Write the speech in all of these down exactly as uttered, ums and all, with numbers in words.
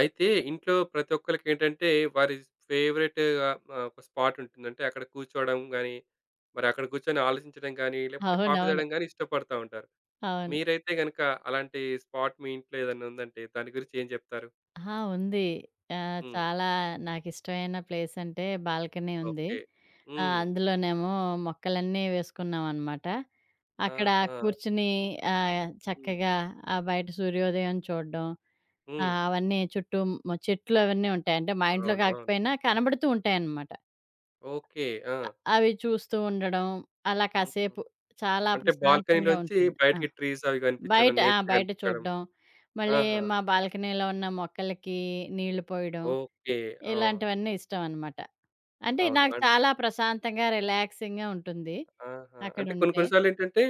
అయితే ఇంట్లో ప్రతి ఒక్కళ్ళకేంటంటే వారి ఫేవరెట్‌గా ఆహ్, ఒక స్పాట్ ఉంటుంది. అంటే అక్కడ కూర్చోవడం గానీ, మరి అక్కడ కూర్చొని ఆలోచించడం గానీ, లేకపోతే కాఫీ అవునవును. తాగడం గానీ ఇష్టపడతా ఉంటారు. అవును. మీరైతే గనక అలాంటి స్పాట్ మీ ఇంట్లో ఏదన్నా ఉందంటే దాని గురించి ఏం చెప్తారు? ఆ! ఉంది. ఆహ్, హ్మ్. చాలా నాకిష్టమైన ప్లేస్ అంటే బాల్కనీ ఉంది. ఓకే. ఆహ్, హ్మ్. అందులోనేమో మొక్కలన్నీ వేసుకున్నామనమాట. అక్కడ ఆహా! కూర్చుని ఆహ్, హ్మ్. చక్కగా ఆ బయట సూర్యోదయం చూడడం. హ్మ్. ఆహ్, అవన్నీ చుట్టూ మ చెట్లు అవన్నీ ఉంటాయి. అంటే మా ఇంట్లో అవును. అవును. కాకపోయినా కనబడుతూ ఉంటాయనమాట. ఓకే. ఆ! అవి చూస్తూ ఉండడం. అలా హుహు. కాసేపు చాలా అంటే ప్రశాంతంగా బాల్కనీలోంచి ఉంటుంది. ఆ! బయటికి ట్రీస్ అవి కనిపించడం, బయట ఆ! నేచర్ బయట కనిపించడం. చూడడం. మళ్ళీ ఆహా! మా బాల్కనీలో ఉన్న మొక్కలకి నీళ్లు పోయడం. ఓకే. ఆ! ఇలాంటివన్నీ ఇష్టం అనమాట. అంటే అవును. నాకు అన్ చాలా ప్రశాంతంగా, రిలాక్సింగ్‌గా ఉంటుంది ఆహా! అంటే కొన్ని అక్కడుంటే. కొన్ని సార్లేంటంటే,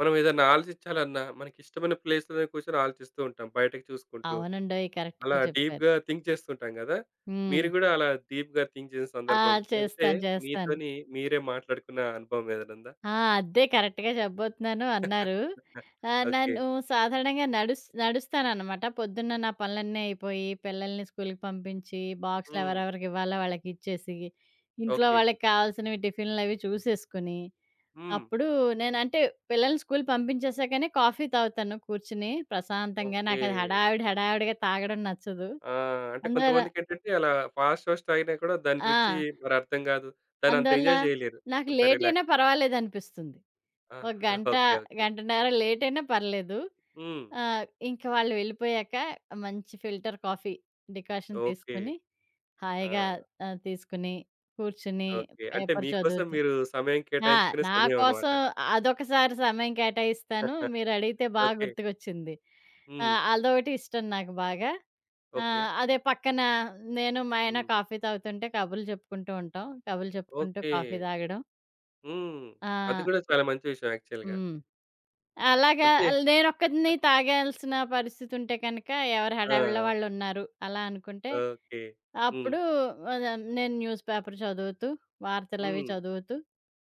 మనం ఏదన్నా ఆలోచించాలన్నా, మనకిష్టమైన ప్లేస్‌లోనే కూర్చొని ఆలోచిస్తూ ఉంటాం. బయటకి చూసుకుంటూ, అవునండోయ్! అలా కరెక్ట్‌గా చెప్పారు. డీప్‌గా థింక్ చేస్తుంటాం గదా! హ్మ్. మీరు గూడా అలా డీప్‌గా థింక్ చేసిన ఆ! సందర్భం, లేకపోతే చేస్తాను. చేస్తాను. మీతోని మీరే మాట్లాడుకున్న అనుభవం ఏదైనా ఉందా? ఆ! అదే కరెక్ట్‌గా చెప్పబోతున్నాను అన్నారు. ఆహ్, ఓకే. నన్ను సాధారణంగా నడుస్ నడుస్తాననమాట. పొద్దున్న నా పనులన్నీ అయిపోయి, పిల్లల్ని స్కూల్‌కి పంపించి, బాక్స్‌లు హ్మ్. ఎవరెవరికి ఇవ్వాలో వాళ్ళకిచ్చేసి, ఇంట్లో ఓకే. వాళ్ళకి కావాల్సినవి టిఫిన్‌లవి చూసేసుకొని, హ్మ్. అప్పుడు నేనంటే పిల్లల్ని స్కూల్ పంపించేసాకనే కాఫీ తాగుతాను కూర్చొని ప్రశాంతంగా. ఓకే. నాకది హడావిడి హడావిడిగా తాగడం నచ్చదు. ఆ! అంటే అందువల్ల కొంతమందికేంటంటే, అలా ఫాస్ట్, ఫాస్ట్ తాగినా కూడా దాని రుచి ఆ! మరి అర్థం గాదు. దాన్నంత అందువల్ల ఎంజాయ్ జేయలేరు. నాకు అంత లేటయినా రిలాక్స్‌గా. పర్వాలేదనిపిస్తుంది. ఆ! ఒక గంట, ఓకే. ఓకే. గంటన్నర లేటయినా పర్లేదు. హ్మ్. ఆహ్, ఇంక వాళ్ళు వెళ్ళిపోయాక మంచి ఫిల్టర్ కాఫీ డికాషన్ ఓకే. తీసుకొని, హాయిగా ఆ! ఆహ్, తీసుకుని, కూర్చుని ఓకే. అంటే పేపర్ మీకోసం చదువుతూ మీరు సమయం ఆ! కేటాయించుకునే నా సమయం అన్నమాట. కోసం అదొకసారి సమయం కేటాయిస్తాను. మీరడిగితే బా ఓకే. గుర్తుకొచ్చింది. ఆ! హ్మ్. అదొకటి ఇష్టం నాకు బాగా. ఆ! ఓకే. అదే పక్కన నేను మా ఆయన హ్మ్. కాఫీ తాగుతుంటే కబుర్లు చెప్పుకుంటూ ఉంటాం. కబుర్లు చెప్పుకుంటూ ఓకే. కాఫీ తాగడం. హ్మ్. అది ఆ! గూడా చాలా మంచి విషయం యాక్చువల్‌గా. హ్మ్. అలాగా అంటే ఆల్ నేనొక్కదాన్నే తాగాల్సిన పరిస్థితుంటే కనుక, ఎవరి ఆ! హడావిడిలో వాళ్ళున్నారు. అలా అనుకుంటే, ఓకే. హ్మ్. అప్పుడు ఆహ్, నేను న్యూస్ పేపర్ చదువుతూ, వార్తలవి హ్మ్. చదువుతూ,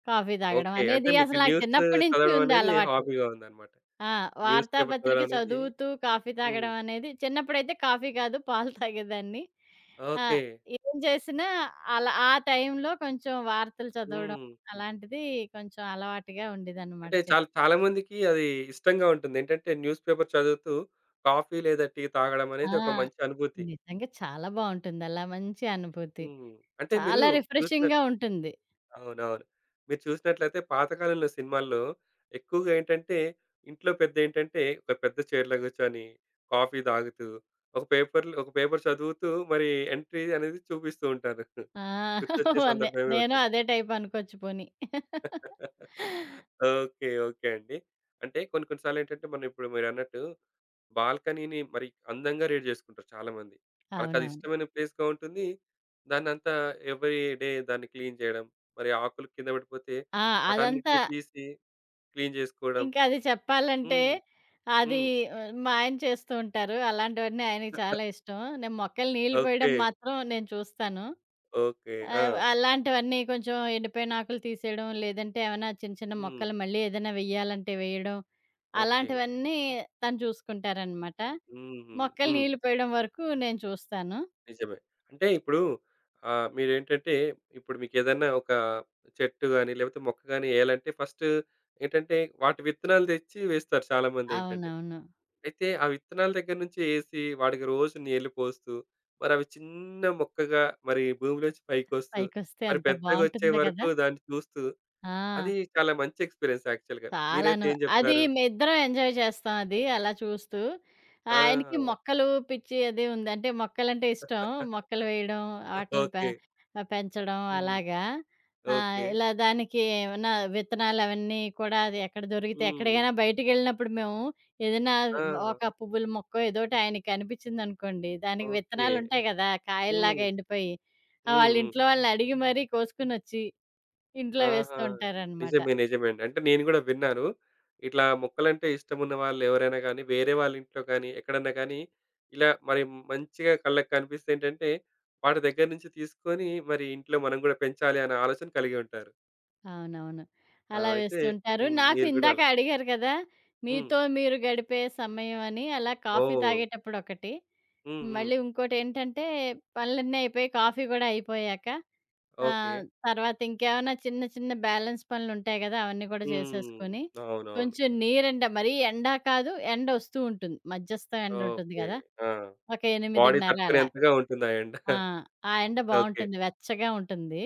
కాఫీ తాగడం ఓకే. అంటే అనేది మీకు అసలు నాకు న్యూస్ చిన్నప్పటి నుంచి చదవడం ఉంది అనేది అలవాటు. హాబీగా ఉందన్నమాట. ఆ! న్యూస్ పేపర్ వార్తాపత్రిక చదవడం అనేది చదువుతూ, కాఫీ హ్మ్. తాగడం అనేది చిన్నప్పుడైతే కాఫీ కాదు, పాలు తాగేదాన్ని. ఆ! ఓకే. ఏం చేసినా అలా ఆ టైంలో కొంచెం వార్తలు చదవడం హ్మ్. అలాంటిది కొంచెం అలవాటుగా ఉండేదనమాట అంటే చాలా చిన్నప్పుడు. చాలా మందికి అది ఇష్టంగా ఉంటుంది. ఏంటంటే న్యూస్ పేపర్ చదువుతూ కాఫీ లేదా టీ తాగడం ఆ! అనేది ఒక మంచి అనుభూతి. నిజంగా చాలా బావుంటుంది. అలా మంచి అనుభూతి. హ్మ్. అంటే మీరు చాలా చూసిన రిఫ్రెషింగ్‌గా ఉంటుంది. అవునవును. మీరు చూసినట్లయితే పాతకాలంలో సినిమాల్లో ఎక్కువగా ఏంటంటే, ఇంట్లో పెద్దేంటంటే ఒక పెద్ద చైర్‌లో కూర్చొని, కాఫీ తాగుతూ, ఒక పేపర్‌లో ఒక పేపర్ చదువుతూ మరి ఎంట్రీ అనేది చూపిస్తూ ఉంటారు. ఆ! గుర్తొచ్చే నే సందర్భమే నేను ఉంటుంది. అదే టైప్ అనుకోవచ్చు పోనీ. ఓకే. ఓకే అండి. అంటే కొన్ని కొన్ని సార్లేంటంటే, మనం ఇప్పుడు మీరన్నట్టు బాల్కనీని మరి అందంగా రీడ్ జేసుకుంటారు చాలామంది. వాళ్ళకది అవునవును. ఇష్టమైన ప్లేస్‌గా ఉంటుంది. దాన్నంతా ఎవ్రీ డే దాన్ని క్లీన్ జేయడం, మరి ఆకులు కింద పడిపోతే ఆ! అదంతా వాటన్నిటిని తీసి క్లీన్ జేసుకోవడం. ఇంకా అది చెప్పాలంటే హ్మ్. అది హ్మ్. ఆహ్, మా ఆయన చేస్తూ ఉంటారు. అలాంటివన్నీ ఆయనకి చాలా ఇష్టం. నేను మొక్కలు నీళ్లు పోయడం ఓకే. మాత్రం నేను చూస్తాను. ఓకే. ఆ! ఆ! అలాంటివన్నీ కొంచెం ఎండిపోయిన ఆకులు తీసేయడం, లేదంటే ఏమైనా చిన్న చిన్న హ్మ్. మొక్కలు మళ్ళీ ఏదైనా వెయ్యాలంటే వేయడం, ఓకే. అలాంటివన్నీ తను చూసుకుంటారనమాట. హుహు. మొక్కలు హ్మ్. నీళ్లు పోయడం వరకు నేను చూస్తాను. నిజమే. అంటే ఇప్పుడు ఆహ్, మీరేంటంటే ఇప్పుడు మీకేదన్నా ఒక చెట్టు గాని, లేకపోతే మొక్క గాని ఏయాలంటే ఫస్ట్ ఏంటంటే వాటి విత్తనాలు తెచ్చి వేస్తారు చాలామందేంటంటే. అవునవును. అయితే ఆ విత్తనాల దగ్గర నుంచి ఏసి వాటికి రోజు నీళ్లు పోస్తూ, మరవి చిన్న మొక్కగా మరి భూమిలోంచి పైకొస్తూ, పైకొస్తే మరి ఎంత పెద్దగొచ్చే బావుంటుందో కదా! వరకు దాన్ని చూస్తూ, ఆ! అది చాలా మంచి ఎక్స్‌పీరియన్స్ యాక్చువల్‌గా. మీరైతే చాలాను. ఏం అది జెప్తారు? మేమిద్దరం ఎంజాయ్ చేస్తాం అది అలా చూస్తూ. ఆయనకి ఆ! మొక్కలు పిచ్చి అది ఉంది. అంటే మొక్కలంటే ఇష్టం. మొక్కలు వేయడం, ఆటిల్ని పె ఓకే. ఆహ్, పెంచడం హ్మ్. అలాగా. ఆహ్, ఓకే. ఇలా దానికి ఏమన్నా విత్తనాలు అవన్నీ కూడా అది ఎక్కడ దొరికితే హ్మ్. ఎక్కడికైనా బయటికెళ్ళినప్పుడు మేము ఏదైనా ఆ! ఒక పువ్వుల మొక్కో ఏదోటి ఆయనకి కనిపించిందనుకోండి, దానికి ఓకే. విత్తనాలుంటాయి కదా! హ్మ్. కాయల్లాగా ఎండిపోయి. ఆహ్, హ్మ్. వాళ్ళ హ్మ్. ఇంట్లో వాళ్ళని అడిగి మరీ కోసుకొనొచ్చి ఇంట్లో ఆహా! వేస్తూ ఉంటారనమాట. నిజమే. నిజమే అండి. అంటే నేను గూడా విన్నాను. ఇట్లా మొక్కలంటే ఇష్టమున్న వాళ్ళెవరైనా గానీ, వేరే వాళ్ళ ఇంట్లో కానీ, ఎక్కడన్నా కానీ, ఇలా మరి మంచిగా కళ్ళకి కనిపిస్తే ఏంటంటే, వాటి దగ్గర నుంచి తీసుకొని మరి ఇంట్లో మనం గూడా పెంచాలి అనే ఆలోచన కలిగి ఉంటారు. అవునవును. ఆ! అలా అయితే వేస్తుంటారు. హ్మ్. నాకు మీరు గూడా ఇందాక అలా అడిగారు కదా! హ్మ్. మీతో మీరు గడిపే సమయం అని అలా కాఫీ ఓహ్! తాగేటప్పుడొకటి. హ్మ్. హ్మ్. మళ్ళీ ఇంకోటేంటంటే పనులన్నీ అయిపోయి కాఫీ గూడా అయిపోయాక ఓకే. ఆహ్, తర్వాత ఇంకేమైనా చిన్న చిన్న బ్యాలెన్స్ పనులుంటాయి గదా! అవన్నీ గూడా హ్మ్. చేసేసుకొని, అవునవును. కొంచెం నీరెండ మరీ ఎండ కాదు, ఎండొస్తూ ఉంటుంది. మధ్యస్థం ఎండుంటుంది ఓకే. గదా! ఆ! ఒక బాడీ ఎనిమిదిన్నర అలా. తట్టుకునేంతగా ఉంటుందా ఎండ? ఆ! ఆ ఎండ ఓకే. బావుంటుంది. వెచ్చగా ఉంటుంది.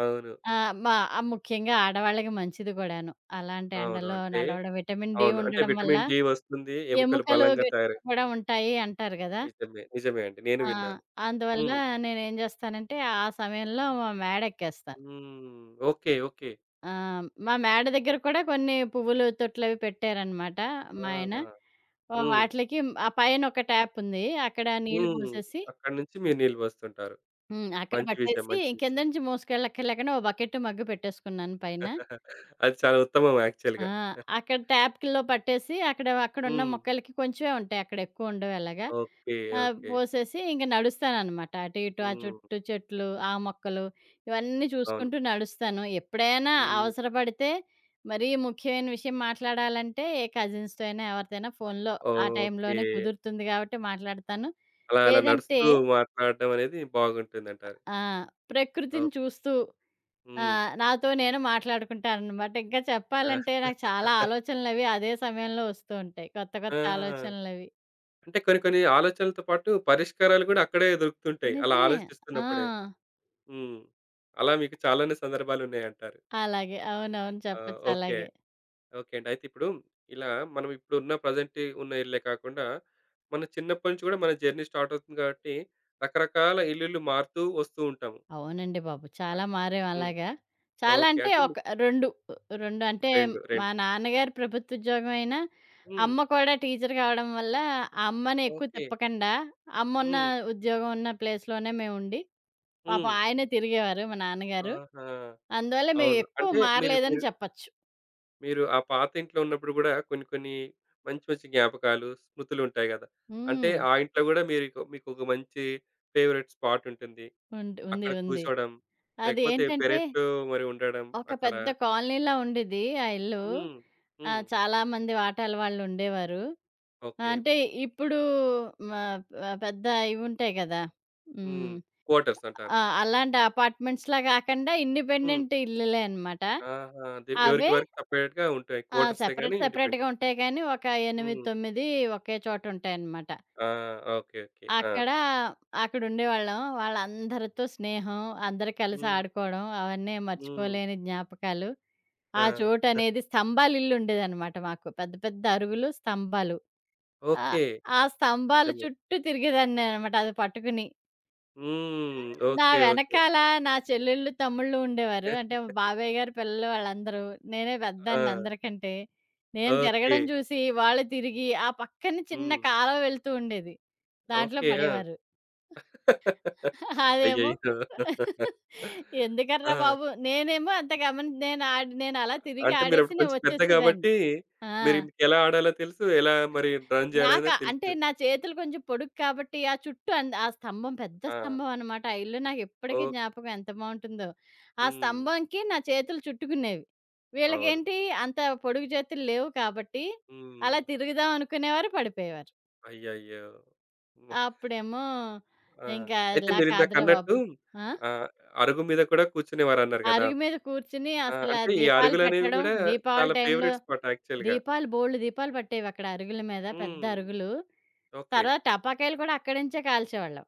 అవును. ఆ! మా ఆహ్, ముఖ్యంగా ఆడవాళ్ళకి మంచిది కూడాను. అలాంటి అవును. ఎండలో అంటే నడవడం, విటమిన్ డి అవును. అంటే ఉండడం వల్ల విటమిన్ డి వస్తుంది. ఎముకలు ఎముకలు బలంగా తయారై గట్టిగా కూడా ఉంటాయి అంటారు గదా! నిజమే. నిజమే అండి. నేను ఆ! విన్నాను. అందువల్ల హ్మ్. నేనేం జేస్తానంటే, ఆ సమయంలో మా మేడ ఎక్కేస్తాను. హ్మ్. ఓకే. ఓకే. ఆ! మా మేడ దగ్గర కూడా కొన్ని పువ్వులు తొట్లవి పెట్టారనమాట మా ఆయన. ఆహా! ఆహ్, హ్మ్. వాటిలకి ఆ పైన ఒక ట్యాప్ ఉంది. అక్కడ నీళ్లు హ్మ్. పోసేసి అక్కడి నుంచి మీరు నీళ్ళు పోస్తుంటారు. హ్మ్. అక్కడ మంచి విషయం. పట్టేసి మంచి కింద విషయం. నుంచి మోసుకెళ్ళక్కర్లేకుండా ఓ బకెట్టు, మగ్గు పెట్టేసుకున్నాను పైన. అది చాలా ఉత్తమం ఆ! యాక్చువల్‌గా. అక్కడ ట్యాప్‌లో పట్టేసి అక్కడ అక్కడున్న హ్మ్. మొక్కలకి కొంచెమే ఉంటాయి. అక్కడ ఎక్కువుండవు ఎలాగా. ఓకే. ఆహ్, ఓకే. పోసేసి ఇంక నడుస్తాననమాట. అటు ఇటు ఆ హ్మ్. చుట్టూ చెట్లు, ఆ మొక్కలు ఇవన్నీ అవును. చూసుకుంటూ నడుస్తాను. ఎప్పుడైనా హ్మ్. అవసరపడితే మరీ ముఖ్యమైన విషయం మాట్లాడాలంటే ఏ కజిన్స్‌తో అయినా ఎవరితోనైనా ఫోన్‌లో ఆ ఓకే. టైంలోనే కుదురుతుంది కాబట్టి మాట్లాడతాను. అలా అలా లేదంటే నడుస్తూ మాట్లాడడం అనేది బాగుంటుందంటారు. ఆ! ప్రకృతిని ఓకే. చూస్తూ ఆ! హ్మ్. నాతో నేను మాట్లాడుకుంటాననమాట. ఇంకా చెప్పాలంటే నాకు చాలా ఆలోచనలవి అదే సమయంలో వస్తూ ఉంటాయి. కొత్త ఆ! కొత్త ఆ! ఆలోచనలవి. అంటే కొన్ని కొన్ని ఆలోచనలతో పాటు పరిష్కారాలు కూడా అక్కడే దొరుకుతుంటాయి. అలా నిజమే. ఆ! ఆలోచిస్తున్నప్పుడే. హ్మ్. అలా మీకు చాలానే సందర్భాలున్నాయంటారు. అలాగే. అవునవును. ఆ! చెప్పొచ్చు ఓకే. అలాగే. ఓకే అండి. అయితే ఇప్పుడు ఇలా మనం ఇప్పుడున్న ప్రజెంట్ ఉన్న ఇల్లే కాకుండా, మన చిన్నప్పటి నుంచి కూడా మన జర్నీ స్టార్ట్ అవుతుంది కాబట్టి, రకరకాల ఇల్లులు మారుతూ వస్తూ ఉంటాము. అవునండి బాబు! అన్ చాలా మారాం హ్మ్. అలాగా. చాలా ఓకే. అంటే అంటే ఒక మీకు రెండు రెండు అంటే రెండు, మా రెండు. నాన్నగారు ప్రభుత్వ ఉద్యోగం అయినా, హ్మ్. అమ్మ కూడా టీచర్ కావడం వల్ల, ఆ అమ్మని ఎక్కువ ఓకే. తిప్పకుండా అమ్మున్న హ్మ్. ఉద్యోగం ఉన్న ప్లేస్‌లోనే మేముండి పాపం హ్మ్. ఆయనే తిరిగేవారు మా నాన్నగారు. ఆహా! అందువల్ల అవును. మేమెక్కువ అంటే మీరు మారలేదని మీరు చెప్పచ్చు. మీరు ఆ పాత ఇంట్లో ఉన్నప్పుడు గూడా కొన్ని, కొన్ని మంచి, మంచి జ్ఞాపకాలు, స్మృతులుంటాయి గదా! అంటే హ్మ్. ఆ ఇంట్లో గూడా మీరికు మీకొక మంచి ఫేవరెట్ స్పాట్ ఉంటుంది. ఉంట్ ఉంది. అక్కడ ఉంది. కూర్చోవడం, అది లేకపోతే ఏంటంటే పెరట్లో మరి ఉండడం ఒక అక్కడ. పెద్ద కాలనీలా ఉండిద్ది ఆ ఇల్లు. హ్మ్. ఆహ్, హ్మ్. చాలా మంది వాటాల వాళ్ళుండేవారు. ఓకే. అంటే ఇప్పుడు మ ఆహ్, పెద్ద ఇవుంటాయి గదా! హ్మ్. హ్మ్. క్వార్టర్స్ అంటారు. ఆ! అలాంటి అపార్ట్‌మెంట్స్‌లా కాకుండా హ్మ్. ఇండిపెండెంట్ ఇల్లులే అనమాట. ఆహా! అదే ఎవరికి అవే వారికి సెపరేట్‌గా ఉంటాయి. ఆ! క్వార్టర్సే గానీ సెపరేట్ ఇండిపెండెంట్. సెపరేట్‌గా ఉంటాయి కానీ ఒక ఎనిమిది, హ్మ్. తొమ్మిది ఒకే చోటుంటాయనమాట. ఆ! ఓకే. ఓకే. ఆ! అక్కడ అక్కడుండేవాళ్ళం. వాళ్ళందరితో స్నేహం, అందరూ కలిసి హ్మ్. ఆడుకోవడం, అవన్నీ హ్మ్. మర్చిపోలేని జ్ఞాపకాలు. ఆ! ఆ చోటనేది స్తంభాలిల్లుండేదనమాట మాకు. పెద్ద పెద్ద అరుగులు, స్తంభాలు. ఆ! ఓకే. ఆ స్తంభాల నిజమే. చుట్టూ తిరిగేదాన్ని నేననమాట అది పట్టుకుని. హ్మ్. నా ఓకే. ఓకే. వెనకాల నా చెల్లెళ్ళు, తమ్ముళ్ళు ఉండేవారు. అంటే మా బాబాయ్య గారి పిల్లలు వాళ్ళందరూ. నేనే ఆ! పెద్దాన్ని అందరికంటే. నేను ఓకే. తిరగడం చూసి, వాళ్ళు తిరిగి, ఆ పక్కన చిన్న హ్మ్. కాలవ వెళ్తూ ఉండేది. దాంట్లో ఓకే. ఆ! పడేవారు. అదేమో అయ్యయ్యో! ఎందుకర్రా ఆ! బాబు! నేనేమో అంత గమని నేను ఆడి నేను అలా తిరిగి అంటే ఆడేసి మీరప్పుడు నేను కొంచెం పెద్ద వచ్చేసేదాన్ని. గాబట్టి, ఆ! మీరు మీకెలా ఆడాలో తెలుసు. ఎలా మరి రన్ జేయాలనో నాకా అంటే తెలుసు. నా చేతులు కొంచెం పొడుగు కాబట్టి ఆ చుట్టూ అన్ ఆ స్తంభం పెద్ద ఆ! స్తంభం అనమాట. ఆ ఇల్లు నాకిప్పటికి ఓహ్! జ్ఞాపకం ఎంత బావుంటుందో. ఆ హ్మ్. స్తంభంకి నా చేతులు చుట్టుకునేవి. అవును. వీళ్ళకేంటి అంత పొడుగు చేతులు లేవు కాబట్టి హ్మ్. అలా తిరుగుదాం అనుకునేవారు పడిపోయేవారు. అయ్యయ్యో! హ్మ్. అప్పుడేమో ఆ! ఇంకా అయితే ఇలా కాదురా బాబు! మీరిందాకన్నట్టు ఆ! ఆహ్, అరుగు మీద కూడా కూర్చునేవారన్నారు గదా! అరుగు మీద కూర్చొని ఆ! అసల అంటే ఈ దీపాలు అరుగులనేవి పెట్టడం. గూడా దీపావళి చాలా టైంలో ఫేవరెట్ స్పాట్ యాక్చువల్‌గా. దీపాలు బోలెడు దీపాలు పట్టేవక్కడ అరుగుల మీద. పెద్ద హ్మ్. అరుగులు. ఓకే. తర్వాత టపాకాయలు కూడా అక్కడి నుంచే కాల్చేవాళ్ళం.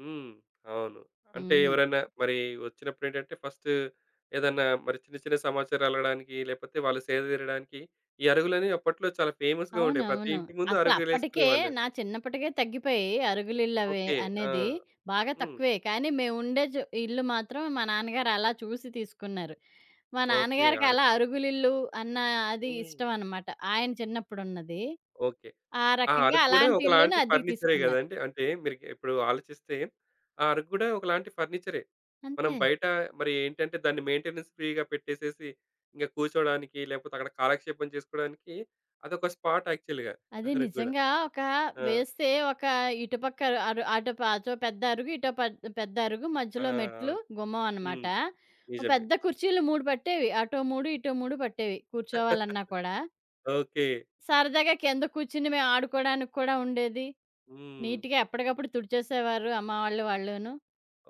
హ్మ్. అవును. అంటే హ్మ్. ఎవరైనా మరి వచ్చినప్పుడేంటంటే ఫస్ట్ ఏదన్నా మరి చిన్న చిన్న సమాచారాలు అడగడానికి, లేపోతే వాళ్ళు సేద తీరడానికి ఈ అరుగులనేవి అప్పట్లో చాలా ఫేమస్‌గా ఉండేవి. ప్రతి అవునవును. ఇంటి ముందు అసలప్పటికే అరుగులేసుకునేవాళ్ళు. నా చిన్నప్పటికే తగ్గిపోయాయి అరుగులిళ్ళవి ఓకే. ఆ! అనేది. బాగా హ్మ్. తక్కువే. కానీ మేముండే చో ఇల్లు మాత్రం మా నాన్నగారు అలా చూసి తీసుకున్నారు. మా ఓకే. నాన్నగారికి అలా అరుగు. అరుగులిల్లు అన్న అది హ్మ్. ఇష్టమనమాట. ఆయన చిన్నప్పుడున్నది. ఓకే. ఆ ఆ రకంగా అరుగు గూడా అలాంటి ఇల్లుని ఒకలాంటి అద్దెకు ఫర్నిచరే తీసుకున్నారు. గదండీ! అంటే మీరు ఇప్పుడు ఆలోచిస్తే ఆ అరుగు గూడా ఒకలాంటి ఫర్నిచరే. మనం అంతే. బయట మరి ఏంటంటే దాన్ని మెయింటెనెన్స్ ఫ్రీగా పెట్టేసేసి ఇంక కూర్చోడానికి లేకపోతే అక్కడ కాలక్షేపం చేసుకోవడానికి అదొక స్పాట్ యాక్చువల్‌గా అది అరుగు గూడా. నిజంగా ఒక ఆ! వేస్తే ఒక ఇటుపక్క అరు అరు- అటు ప అటో పెద్ద అరుగు, ఇటో పెద్ పెద్ద అరుగు, ఆ! మధ్యలో మెట్లు, అవును. గుమ్మం అనమాట. హ్మ్. ఓ నిజమే. పెద్ద నిజమే. కుర్చీలు మూడు పట్టేవి. అటో మూడు, ఇటో మూడు పట్టేవి కూర్చోవాలన్నా కూడా. ఓకే. సరదాగా కింద కూర్చుని మేము ఆడుకోవడానికి కూడా ఉండేది. హ్మ్. నీట్‌గా ఎప్పటికప్పుడు తుడిచేసేవారు అమ్మ వాళ్ళు, వాళ్ళును.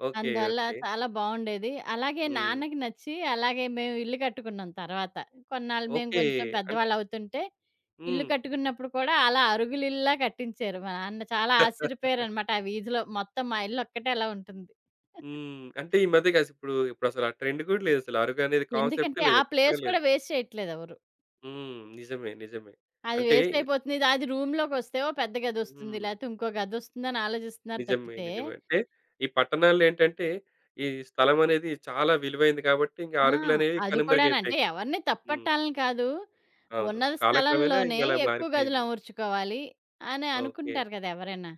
ఓకే. అందువల్ల ఓకే. చాలా బావుండేది. అలాగే హ్మ్. నాన్నకి నచ్చి, అలాగే మేము ఇల్లు కట్టుకున్నాం తర్వాత. కొన్నాళ్ళు మేము ఓకే. కొంచెం అన్ పెద్దవాళ్ళవుతుంటే, ఇల్లు హ్మ్. కట్టుకున్నప్పుడు కూడా అలా అరుగులిల్లా కట్టించారు. మా నాన్న చాలా ఆశ్చర్యపోయారనమాట ఆ వీధిలో. మొత్తం మా ఇల్లొక్కటే అలా ఉంటుంది. హ్మ్. అంటే ఈ మధ్య కాసి ఇప్పుడు ఇప్పుడసలు ఆ ట్రెండ్ గూడా లేదసలు. అరుగనేది కాన్సెప్టే ఎందుకంటే, లేదు. ఆ ఎక్కడ ప్లేస్ లేదు. కూడా వేస్ట్ చేయట్లేదెవరు. హ్మ్. నిజమే. నిజమే. అది అంటే వేస్ట్ అయిపోతుంది. ఇది అది రూమ్‌లోకొస్తే ఓ పెద్ద గదొస్తుంది. హ్మ్. లేతే ఇంకో గదొస్తుందని ఆలోచిస్తున్నారు నిజమే. తప్పితే నిజమే. అంటే ఈ పట్టణాల్లో ఏంటంటే ఈ స్థలం అనేది చాలా విలువైంది కాబట్టి ఇంక ఆ! అరుగులనేవి అది కూడానంటే కనుమరుగైపోయాయి. ఎవరిని హ్మ్. తప్పట్టాలని కాదు. అవును. ఉన్న కాలక్రమేణా ఇంక స్థలంలోనే అలా ఎక్కువ గదులు మారిపోయింది. అమర్చుకోవాలి అని ఓకే. అనుకుంటారు కదా! ఎవరైనా.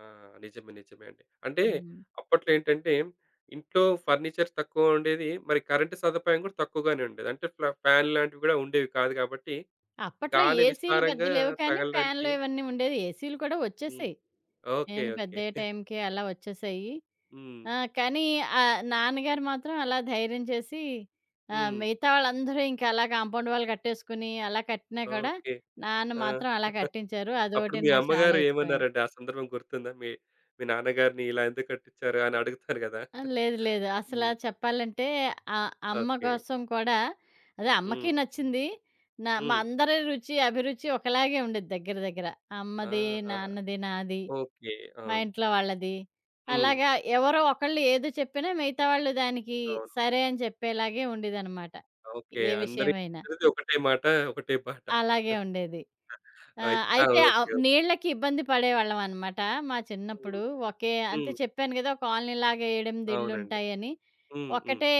ఆ! నిజమే. నిజమే అండి. అంటే హ్మ్. అప్పట్లో ఏంటంటే ఇంట్లో ఫర్నిచర్ తక్కువ ఉండేది. మరి కరెంటు సదుపాయం కూడా తక్కువగానే ఉండేది. అంటే ఫ్లా ఫ్యాన్ లాంటివి కూడా ఉండేవి కాదు కాబట్టి అప్పట్లో గాలి ఏసీలు పెద్ద విస్తారంగా లేవు కానీ ఫ్యాన్‌లు తగలడానికి ఇవన్నీ ఉండేవి. ఏసీలు కూడా హ్మ్. వచ్చేసాయి. ఓకే. నేను ఓకే. పెద్దయ్యే టైంకి అలా వచ్చేసాయి. హ్మ్. ఆ! కానీ ఆహ్, నాన్నగారు మాత్రం అలా ధైర్యం చేసి ఆహ్, హ్మ్. మిగతా వాళ్ళందరూ ఇంకా అలా కాంపౌండ్ వాల్ కట్టేసుకుని అలా కట్టినా కూడా ఓకే. నాన్న ఆ! మాత్రం అలా కట్టించారు. అప్పుడు అదొకటి మీ నాకు చాలా అమ్మగారు ఇష్టమైంది. ఏమన్నారండి? ఆ సందర్భం గుర్తుందా? మీ మీ నాన్నగారిని ఇలా ఎందుకు కట్టించారు అని అడుగుతారు గదా! ఆ! లేదు. లేదు. అసలా హ్మ్. చెప్పాలంటే ఆహ్, అమ్మ ఓకే. కోసం కూడా అదే హ్మ్. అమ్మకి నచ్చింది. నా మా హ్మ్. అందరి రుచి, అభిరుచి ఒకలాగే ఉండేది దగ్గర దగ్గర. అమ్మది, ఆహా! నాన్నది, నాది, ఓకే. మా అవును. ఇంట్లో వాళ్ళది. హ్మ్. అలాగా ఎవరో ఒకళ్ళు ఏదో చెప్పినా మిగతా వాళ్ళు దానికి అవును. సరే అని చెప్పేలాగే ఉండేదనమాట. ఓకే. ఏ అందరి విషయమైనా. అందరిది ఒకటే మాట, ఒకటే పాట. అలాగే ఉండేది. ఆ! అయితే ఆ! అయితే ఆహ్, ఓకే. నీళ్ళకి ఇబ్బంది పడేవాళ్ళమనమాట. మా హ్మ్. చిన్నప్పుడు ఒకే అంటే హ్మ్. చెప్పాను గదా! కాలనీలాగా ఏడు, ఎనిమిది అవునండి. ఇళ్ళుంటాయని. హ్మ్. హ్మ్. ఒకటే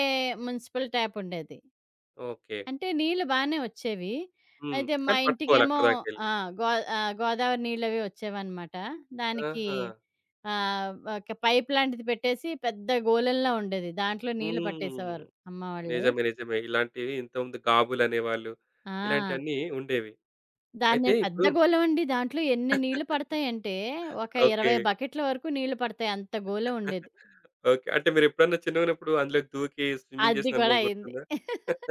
మున్సిపల్ ట్యాప్ ఉండేది. ఓకే. అంటే నీళ్ళు బానే వచ్చేవి. హ్మ్. అయితే మా కానీ పట్టుకోవాలి ఇంటికేమో అక్కడి దాకెళ్ళి. ఆ! గో ఆహ్, గోదావరి నీళ్ళవి వచ్చేవనమాట. దానికి ఆహా! ఆహ్, ఒక పైప్ లాంటిది పెట్టేసి పెద్ద గోలెంలా ఉండేది. దాంట్లో నీళ్ళు హ్మ్. పట్టేసేవారు అమ్మ వాళ్ళు. నిజమే. నిజమే. ఇలాంటివి ఇంతకుముందు 'గాబులు' అనేవాళ్ళు. ఆ! ఇలాంటియన్నీ ఉండేవి. దాన్నే అయితే ఇప్పుడు పెద్ద గోళం అండి. దాంట్లో ఎన్ని నీళ్లు పడతాయంటే, ఒక ఓకే. ఇరవై బకెట్ల వరకు నీళ్లు పడతాయి. అంత గోళం ఉండేది. ఓకే. అంటే మీరెప్పుడన్నా చిన్నగున్నప్పుడు అందులోకి దూకి స్విమ్మింగ్ అది చేసిన కూడా అనుభవం అయింది. గుర్తుందా?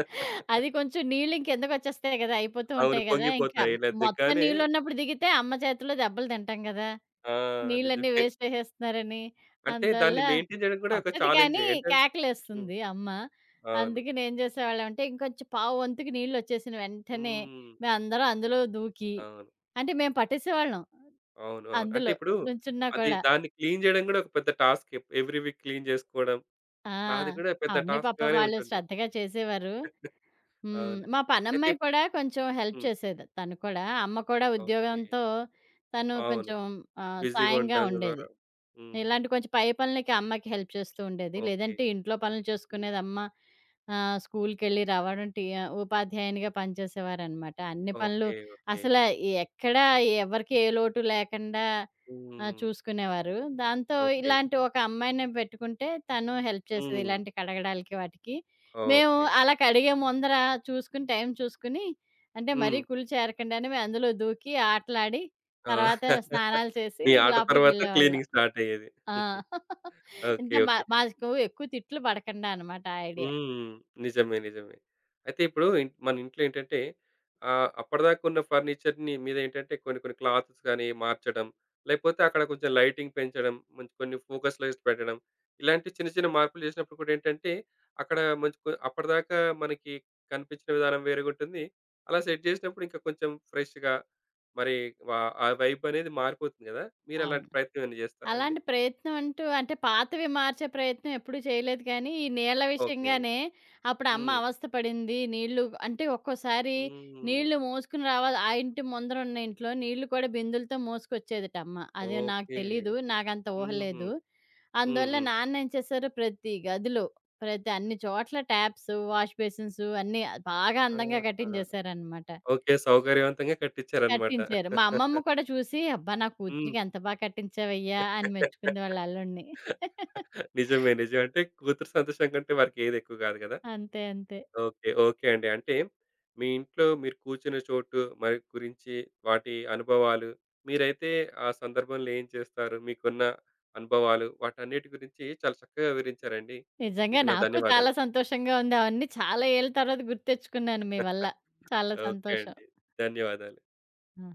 అది కొంచెం నీళ్లు ఇంకెందుకొచ్చేస్తాయి గదా! అయిపోతూ అవును. ఉంటాయి గదా! ఇంకా పొంగిపోతాయి. ఇలా మొత్తం దిగ్గానే నీళ్లున్నప్పుడు దిగితే అమ్మ చేతిలో దెబ్బలు తింటాం గదా! ఆ! నీళ్ళన్నీ నిజమే. వేస్ట్ చేసేస్తున్నారని. అంటే అందువల్ల దాన్ని మెయింటైన్ చేయడం కూడా ఒక కొట్టదు ఛాలెంజే. కానీ ఏంటం హ్మ్. కేకలేస్తుంది అమ్మ. అవును. అందుకని ఏం చేసేవాళ్ళమంటే ఇంకొంచెం పావు వంతుకి నీళ్ళొచ్చేసిన వెంటనే హ్మ్. మేమందరం అందులో దూకి అవును. అంటే మేము పట్టేసేవాళ్ళం. అవును. అవును. అంటే అందులో ఇప్పుడు నుంచున్నా అది కూడా. దాన్ని క్లీన్ చేయడం కూడా ఒక పెద్ద టాస్కే. ఎవ్రీ వీక్ క్లీన్ చేసుకోవడం. ఆ! లా అది కూడా పెద్ద అవన్నీ పాపం టాస్క్‌గానే వాళ్ళు ఉంటుంది. శ్రద్ధగా చేసేవారు. హ్మ్. అవును. మా అయితే పనమ్మాయి కూడా కొంచెం హెల్ప్ హ్మ్. చేసేది. తను కూడా. అమ్మ కూడా ఓకే. ఉద్యోగంతో తను అవును. కొంచెం ఆహ్, బిజీగా సాయంగా ఉంటాం ఉండేది. ద్వారా. హ్మ్. ఇలాంటి కొంచెం పై పనులకి అమ్మకి హెల్ప్ చేస్తూ ఉండేది. ఓకే. లేదంటే ఇంట్లో పనులు హ్మ్. చేసుకునేది అమ్మ. ఆహ్, స్కూలుకెళ్ళి రావడం టీ ఆహ్, ఉపాధ్యాయునిగా పనిచేసేవారనమాట. అన్ని పనులు ఓకే. ఓకే. అసల ఎక్కడ ఎవరికీ ఏ లోటు లేకుండా ఆహ్, హ్మ్. చూసుకునేవారు. దాంతో ఓకే. ఇలాంటి ఒక అమ్మాయిని పెట్టుకుంటే తను హెల్ప్ చేసేది. హ్మ్. ఇలాంటి కడగడాలకి వాటికి. మేము ఓకే. అలా కడిగే ముందర చూసుకుని, టైం చూసుకుని, అంటే మరీ హ్మ్. కుళ్ళు చేరకండా అని మేము అందులో దూకి ఆటలాడి, ఆ! తర్వాత స్నానాలు చేసి మీ ఆట తర్వాత లోపలికెళ్ళేవాళ్ళం. క్లీనింగ్ స్టార్ట్ అయ్యేది. ఆ! ఓకే. అంటే మా ఓకే. మాకు ఎక్కువ తిట్లు పడకుండా అనమాట ఆ ఐడియా. హ్మ్. నిజమే. నిజమే. అయితే ఇప్పుడు ఇన్ మన ఇంట్లో ఏంటంటే ఆహ్, అప్పటిదాకా ఉన్న ఫర్నిచర్‌ని మీద ఏంటంటే కొన్ని కొన్ని క్లాత్స్ గాని మార్చడం, లేకపోతే అక్కడ కొంచెం లైటింగ్ పెంచడం, మంచి కొన్ని ఫోకస్ లైట్స్ పెట్టడం, ఇలాంటి చిన్న చిన్న మార్పులు చేసినప్పుడు కూడా ఏంటంటే అక్కడ మంచి కొ అప్పటిదాకా మనకి కనిపించిన విధానం వేరేగా ఉంటుంది. అలా సెట్ చేసినప్పుడు ఇంకా కొంచెం ఫ్రెష్‌గా మరి వ ఆ వైబ్ అనేది మారిపోతుంది కదా! మీరు అలాంటి అవును. ప్రయత్నం ఏమైనా చేస్తారా అండి? అలాంటి ప్రయత్నం అంటూ అంటే పాతవి మార్చే ప్రయత్నం ఎప్పుడూ చేయలేదు కానీ, ఈ నీళ్ళ ఓకే. విషయంగానే అప్పుడు అమ్మ హ్మ్. అవస్థ పడింది. నీళ్ళు అంటే ఒక్కోసారి హ్మ్. నీళ్ళు మోసుకొని రావాలి. ఆ ఇంటి ముందర ఉన్న ఇంట్లో నీళ్ళు కూడా బిందెలతో మోసుకొచ్చేదట అమ్మ. అది నాకు ఓకే. తెలీదు. నాకంత ఊహ హుహు. లేదు. హ్మ్. అందువల్ల హ్మ్. నాన్న ఏం చేశారు ప్రతి గదిలో, ప్రతి అన్ని చోట్ల ట్యాప్స్, వాష్ బేసిన్స్ అన్నీ బాగా అందంగా ఆహా! కట్టించేశారనమాట. ఓకే. సౌకర్యవంతంగా కట్టించారన్నమాట. కట్టించారు. మా అమ్మమ్మ కూడా చూసి, "అబ్బా! నా హ్మ్. కూతురికి ఎంత బా కట్టించావయ్యా" అని మెచ్చుకుంది వాళ్ళ అల్లుడిని. నిజమే. నిజం. అంటే కూతురు సంతోషం కంటే వారికి ఏది ఎక్కువ కాదు కదా! అంతే. అంతే. ఓకే. ఓకే అండి. అంటే మీ ఇంట్లో మీరు కూర్చున్న చోటు మరి గురించి వాటి అనుభవాలు, మీరైతే ఆ సందర్భంలో ఏం చేస్తారు? మీకున్న అనుభవాలు వాటన్నిటి గురించి చాలా చక్కగా వివరించారండి. నిజంగా మీకు నా నాకు చాలా ధన్యవాదాలు. సంతోషంగా ఉంది. అవన్నీ చాలా ఏళ్ళ తర్వాత గుర్తెచ్చుకున్నాను మీ వల్ల. చాలా ఓకే సంతోషం. అండి. ధన్యవాదాలు. ఆ!